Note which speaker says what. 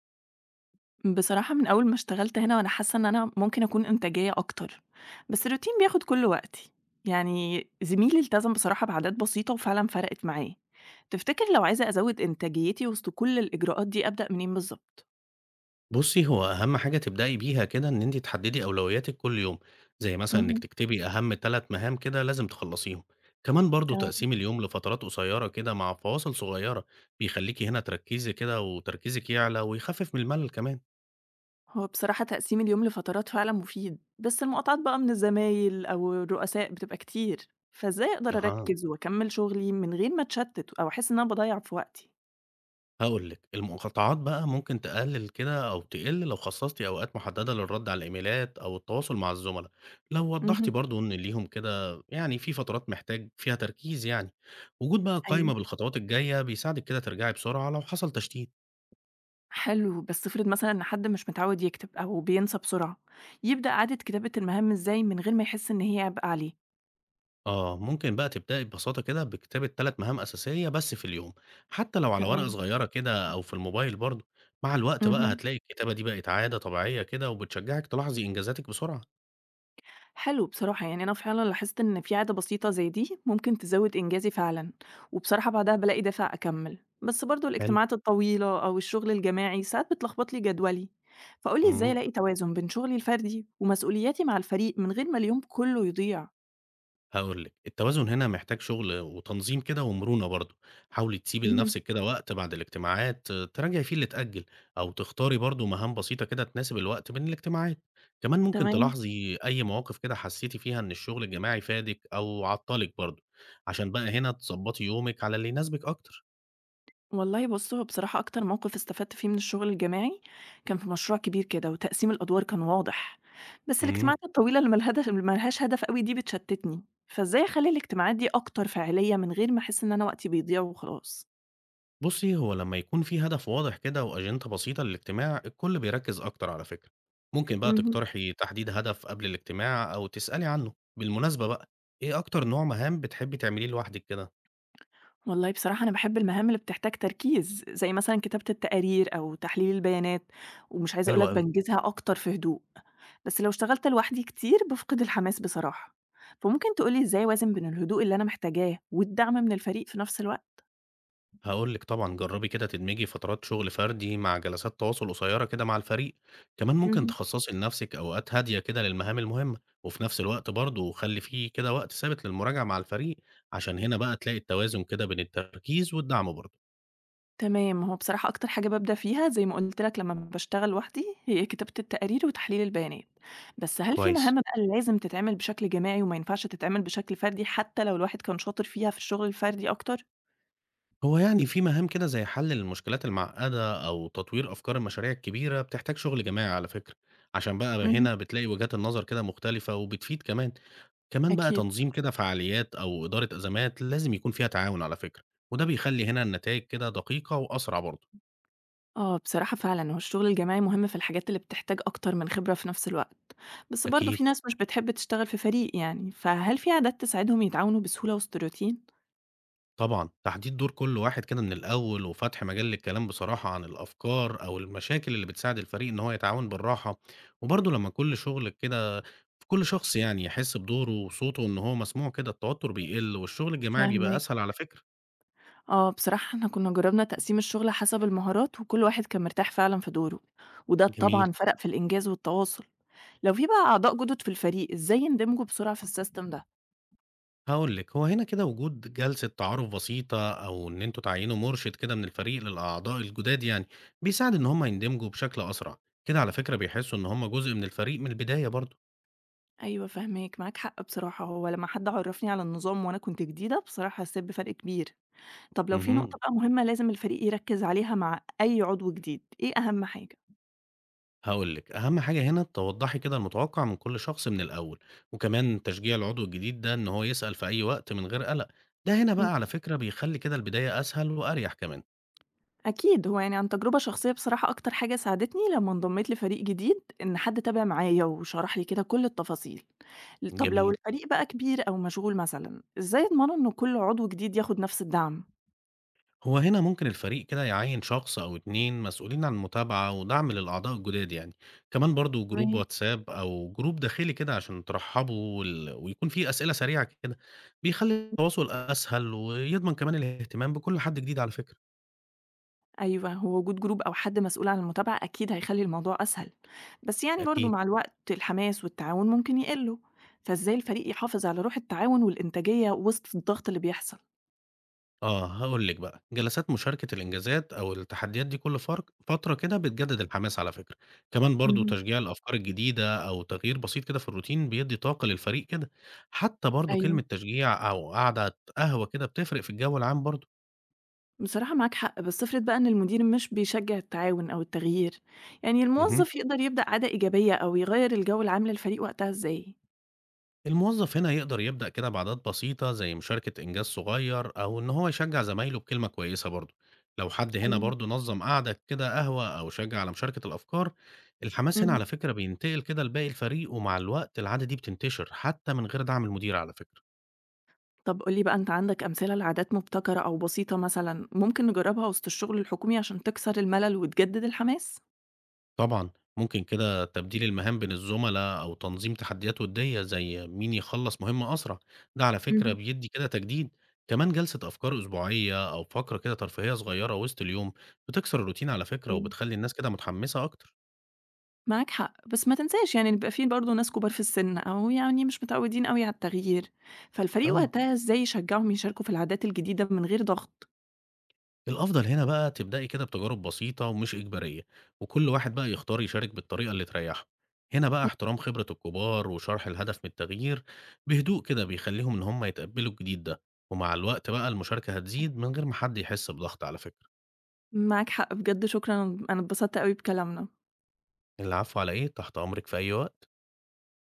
Speaker 1: بصراحة من أول ما اشتغلت هنا وأنا حاسة إن أنا ممكن أكون إنتاجية أكتر، بس الروتين بياخد كل وقتي، يعني زميلي التزم بصراحة بعادات بسيطة وفعلا فرقت معاه. تفتكر لو عايزة أزود إنتاجيتي وسط كل الإجراءات دي أبدأ منين بالظبط؟
Speaker 2: بُصّي، هو أهم حاجة تبدئي بيها كده إن أنتِ تحددي أولوياتِك كل يوم، زي مثلًا إنِّك
Speaker 1: اهم،
Speaker 2: تكتبي أهم 3 مهام كده لازم تخلّصيهم، كمان برضه
Speaker 1: تمام.
Speaker 2: تقسيم اليوم لفترات قصيرة كده مع فواصل صغيرة، بيخلّيكِ هنا تركّزي كده وتركيزِك يعلى ويخفف من الملل كمان.
Speaker 1: هو بصراحة تقسيم اليوم لفترات فعلا مفيد، بس المقاطعات بقى من الزمايل أو الرؤساء بتبقى كتير، فإزاي أقدر
Speaker 2: أها.
Speaker 1: أركز وأكمل شغلي من غير ما أتشتت أو أحس إن أنا بضيع في وقتي؟
Speaker 2: هاقول لِك، المقاطعات بقى ممكن تقلل كده أو تقل لو خصصتِ أوقات محددة للرد على الإيميلات أو التواصل مع الزملا، لو وضحتِ
Speaker 1: اهم،
Speaker 2: برضه إن ليهم كده يعني في فترات محتاج فيها تركيز يعني، وجود بقى
Speaker 1: أيوه،
Speaker 2: قايمة بالخطوات الجاية بيساعدِك كده ترجعي بسرعة لو حصل تشتيت.
Speaker 1: حلو. بس افرض مثلًا إن حد مش متعود يكتب أو بينسى بسرعة، يبدأ عادة كتابة المهام إزاي من غير ما يحس إن هي عبء عليه؟
Speaker 2: ممكن بقى تبدئي ببساطة كده بكتابة 3 مهام أساسية بس في اليوم، حتى لو على ورقة
Speaker 1: تمام.
Speaker 2: صغيرة كده أو في الموبايل برضه، مع الوقت بقى
Speaker 1: اهم.
Speaker 2: هتلاقي الكتابة دي بقت عادة طبيعية كده وبتشجعِك تلاحظي إنجازاتِك بسرعة.
Speaker 1: حلو بصراحة، يعني أنا فعلًا لاحظت إن في عادة بسيطة زي دي ممكن تزود إنجازي فعلًا، وبصراحة بعدها بالاقي دافع أكمل، بس برضه
Speaker 2: حلو.
Speaker 1: الاجتماعات الطويلة أو الشغل الجماعي ساعات بتلخبط لي جدولي، فقولي إزاي
Speaker 2: إمم.
Speaker 1: ألاقي توازن بين شغلي الفردي ومسؤولياتي مع الفريق من غير ما اليوم كله يضيع؟
Speaker 2: هاقول لِك، التوازن هنا محتاج شغل وتنظيم كده ومرونة برضه، حاولي تسيبي
Speaker 1: اهم،
Speaker 2: لنفسِك كده وقت بعد الاجتماعات تراجعي فيه اللي اتأجل، أو تختاري برضه مهام بسيطة كده تناسب الوقت بين الاجتماعات، كمان ممكن
Speaker 1: تمام.
Speaker 2: تلاحظي أي مواقف كده حسيتِ فيها إن الشغل الجماعي فادِك أو عطّلِك برضه، عشان بقى هنا تضبطي يومِك على اللي يناسبِك أكتر.
Speaker 1: والله بُص، هو بصراحة أكتر موقف استفدت فيه من الشغل الجماعي، كان في مشروع كبير كده وتقسيم الأدوار كان واضح، بس
Speaker 2: امم.
Speaker 1: الاجتماعات الطويلة اللي ما لهاش هدف أوي دي بتشتتني، فإزاي أخلّي الاجتماعات دي أكتر فاعلية من غير ما أحس إن أنا وقتي بيضيع وخلاص؟
Speaker 2: بصي هو لما يكون في هدف واضح كده وأجندة بسيطة للاجتماع الكل بيركز أكتر على فكرة. ممكن بقى
Speaker 1: اهم.
Speaker 2: تقترحي تحديد هدف قبل الاجتماع أو تسألي عنه بالمناسبة بقى. إيه أكتر نوع مهام بتحبي تعمليه لوحدك كده؟
Speaker 1: والله بصراحة أنا باحب المهام اللي بتحتاج تركيز، زي مثلًا كتابة التقارير أو تحليل البيانات، ومش عايزة أقول
Speaker 2: حلو
Speaker 1: لك
Speaker 2: قوي.
Speaker 1: بانجزها أكتر في هدوء، بس لو اشتغلت لوحدي كتير بافقد الحماس بصراحة، فممكن تقول لي إزاي أوازن بين الهدوء اللي أنا محتاجاه والدعم من الفريق في نفس الوقت؟
Speaker 2: هقولك طبعا جربي كده تدمجي فترات شغل فردي مع جلسات تواصل قصيرة كده مع الفريق. كمان ممكن
Speaker 1: مهم.
Speaker 2: تخصصي لنفسك أوقات هادية كده للمهام المهمة وفي نفس الوقت برضه خلي فيه كده وقت ثابت للمراجعة مع الفريق. عشان هنا بقى تلاقي التوازن كده بين التركيز والدعم برضه.
Speaker 1: تمام، هو بصراحة أكتر حاجة بابدأ فيها زي ما قُلت لك لمّا باشتغل لوحدي هي كتابة التقارير وتحليل البيانات، بس هل في
Speaker 2: كويس.
Speaker 1: مهام بقى لازم تتعمل بشكل جماعي وما ينفعش تتعمل بشكل فردي حتى لو الواحد كان شاطر فيها في الشغل الفردي أكتر؟
Speaker 2: هو يعني في مهام كده زي حل المشكلات المعقدة أو تطوير أفكار المشاريع الكبيرة بتحتاج شغل جماعي على فكرة. عشان بقى
Speaker 1: اهم،
Speaker 2: هنا بتلاقي وجهات النظر كده مختلفة وبتفيد كمان. كمان بقى
Speaker 1: أكيد.
Speaker 2: تنظيم كده فعاليات أو إدارة أزمات لازم يكون فيها تعاون على فكرة. وده بيخلي هنا النتائج كده دقيقة وأسرع برضه.
Speaker 1: آه بصراحة فعلًا هو الشغل الجماعي مهم في الحاجات اللي بتحتاج أكتر من خبرة في نفس الوقت، بس برضه
Speaker 2: أكيد.
Speaker 1: في ناس مش بتحب تشتغل في فريق يعني، فهل في عادات تساعدهم يتعاونوا بسهولة وسط الروتين؟
Speaker 2: طبعًا، تحديد دور كل واحد كده من الأول، وفتح مجال للكلام بصراحة عن الأفكار أو المشاكل اللي بتساعد الفريق إن هو يتعاون بالراحة، وبرضه لمّا كل شغل كده كل شخص يعني يحس بدوره وصوته إن هو مسموع كده، التوتر بيقل والشغل الجماعي بيبقى
Speaker 1: فاهماك.
Speaker 2: أسهل على فكرة.
Speaker 1: آه بصراحة إحنا كنا جربنا تقسيم الشغل حسب المهارات وكل واحد كان مرتاح فعلًا في دوره، وده
Speaker 2: جميل.
Speaker 1: طبعًا فرق في الإنجاز والتواصل. لو في بقى أعضاء جدد في الفريق إزاي يندمجوا بسرعة في السيستم ده؟
Speaker 2: هاقول لِك، هو هنا كده وجود جلسة تعارف بسيطة أو إن أنتم تعيّنوا مرشد كده من الفريق للأعضاء الجداد يعني، بيساعد إن هم يندمجوا بشكل أسرع، كده على فكرة بيحسوا إن هم جزء من الفريق من البداية برضه.
Speaker 1: أيوه فاهماك، معاك حق بصراحة. هو لما حد عرفني على النظام وأنا كنت جديدة بصراحة حسيت بفرق كبير. طب لو في نقطة
Speaker 2: اهم.
Speaker 1: بقى مهمة لازم الفريق يركّز عليها مع أي عضو جديد، إيه أهم حاجة؟
Speaker 2: هاقول لِك، أهم حاجة هنا توضّحي كده المتوقّع من كل شخص من الأول، وكمان تشجيع العضو الجديد ده إن هو يسأل في أي وقت من غير قلق، ده هنا
Speaker 1: إمم.
Speaker 2: بقى على فكرة بيخلّي كده البداية أسهل وأريح كمان.
Speaker 1: أكيد، هو يعني عن تجربة شخصية بصراحة أكتر حاجة ساعدتني لمّا انضميت لفريق جديد، إن حد تابع معايا وشرح لي كده كل التفاصيل. طب لو
Speaker 2: جميل.
Speaker 1: الفريق بقى كبير أو مشغول مثلًا، إزاي أضمنوا إن كل عضو جديد ياخد نفس الدعم؟
Speaker 2: هو هنا ممكن الفريق كده يعيّن شخص أو 2 مسؤولين عن المتابعة ودعم للأعضاء الجداد يعني، كمان برضه جروب
Speaker 1: تمام.
Speaker 2: واتساب أو جروب داخلي كده عشان ترحّبوا ويكون في أسئلة سريعة كده، بيخلّي التواصل أسهل ويضمن كمان الاهتمام بكل حد جديد على فكرة.
Speaker 1: أيوه، هو وجود جروب أو حد مسؤول عن المتابعة أكيد هيخلّي الموضوع أسهل، بس يعني برضه
Speaker 2: أكيد.
Speaker 1: مع الوقت الحماس والتعاون ممكن يقلّوا، فإزاي الفريق يحافظ على روح التعاون والإنتاجية وسط الضغط اللي بيحصل؟
Speaker 2: هاقول لِك بقى، جلسات مشاركة الإنجازات أو التحديات دي كل فترة كده بتجدد الحماس على فكرة، كمان برضه
Speaker 1: اهم،
Speaker 2: تشجيع الأفكار الجديدة أو تغيير بسيط كده في الروتين بيدّي طاقة للفريق كده، حتى برضه كلمة
Speaker 1: أيوه.
Speaker 2: تشجيع أو قعدة قهوة كده بتفرق في الجو العام برضه.
Speaker 1: بصراحة معاك حق، بس افرض بقى إن المدير مش بيشجّع التعاون أو التغيير، يعني
Speaker 2: اهم.
Speaker 1: الموظف يقدر يبدأ عادة إيجابية أو يغيّر الجو العام للفريق وقتها إزاي؟
Speaker 2: الموظف هنا يقدر يبدأ كده بعادات بسيطة زي مشاركة إنجاز صغير أو إن هو يشجع زمايله بكلمة كويسة برضه. لو حد هنا
Speaker 1: أيوه.
Speaker 2: برضه نظم قعدة كده قهوة أو شجع على مشاركة الأفكار، الحماس هنا
Speaker 1: اهم،
Speaker 2: على فكرة بينتقل كده لباقي الفريق ومع الوقت العادة دي بتنتشر حتى من غير دعم المدير على فكرة.
Speaker 1: طب قُل لي بقى أنت عندك أمثلة لعادات مبتكرة أو بسيطة مثلًا ممكن نجرّبها وسط الشغل الحكومي عشان تكسر الملل وتجدد الحماس؟
Speaker 2: طبعًا، ممكن كده تبديل المهام بين الزملا أو تنظيم تحديات ودية زي مين يخلّص مهمة أسرع، ده على فكرة
Speaker 1: اهم،
Speaker 2: بيدّي كده تجديد، كمان جلسة أفكار أسبوعية أو فقرة كده ترفيهية صغيرة وسط اليوم بتكسر الروتين على فكرة
Speaker 1: أيوه،
Speaker 2: وبتخلّي الناس كده متحمسة أكتر.
Speaker 1: معاك حق، بس ما تنساش يعني بيبقى في برضه ناس كبار في السن أو يعني مش متعودين أوي على التغيير، فالفريق
Speaker 2: آه.
Speaker 1: وقتها إزاي يشجعهم يشاركوا في العادات الجديدة من غير ضغط؟
Speaker 2: الأفضل هنا بقى تبدأي كده بتجارب بسيطة ومش إجبارية، وكل واحد بقى يختار يشارك بالطريقة اللي تريحه. هنا بقى احترام خبرة الكبار وشرح الهدف من التغيير بهدوء كده بيخليهم إن هم يتقبلوا الجديد ده، ومع الوقت بقى المشاركة هتزيد من غير ما حد يحس بضغط على فكرة.
Speaker 1: معاك حق بجد، شكرًا، أنا اتبسطت أوي بكلامنا.
Speaker 2: العفو، على إيه، تحت أمرك في أي وقت.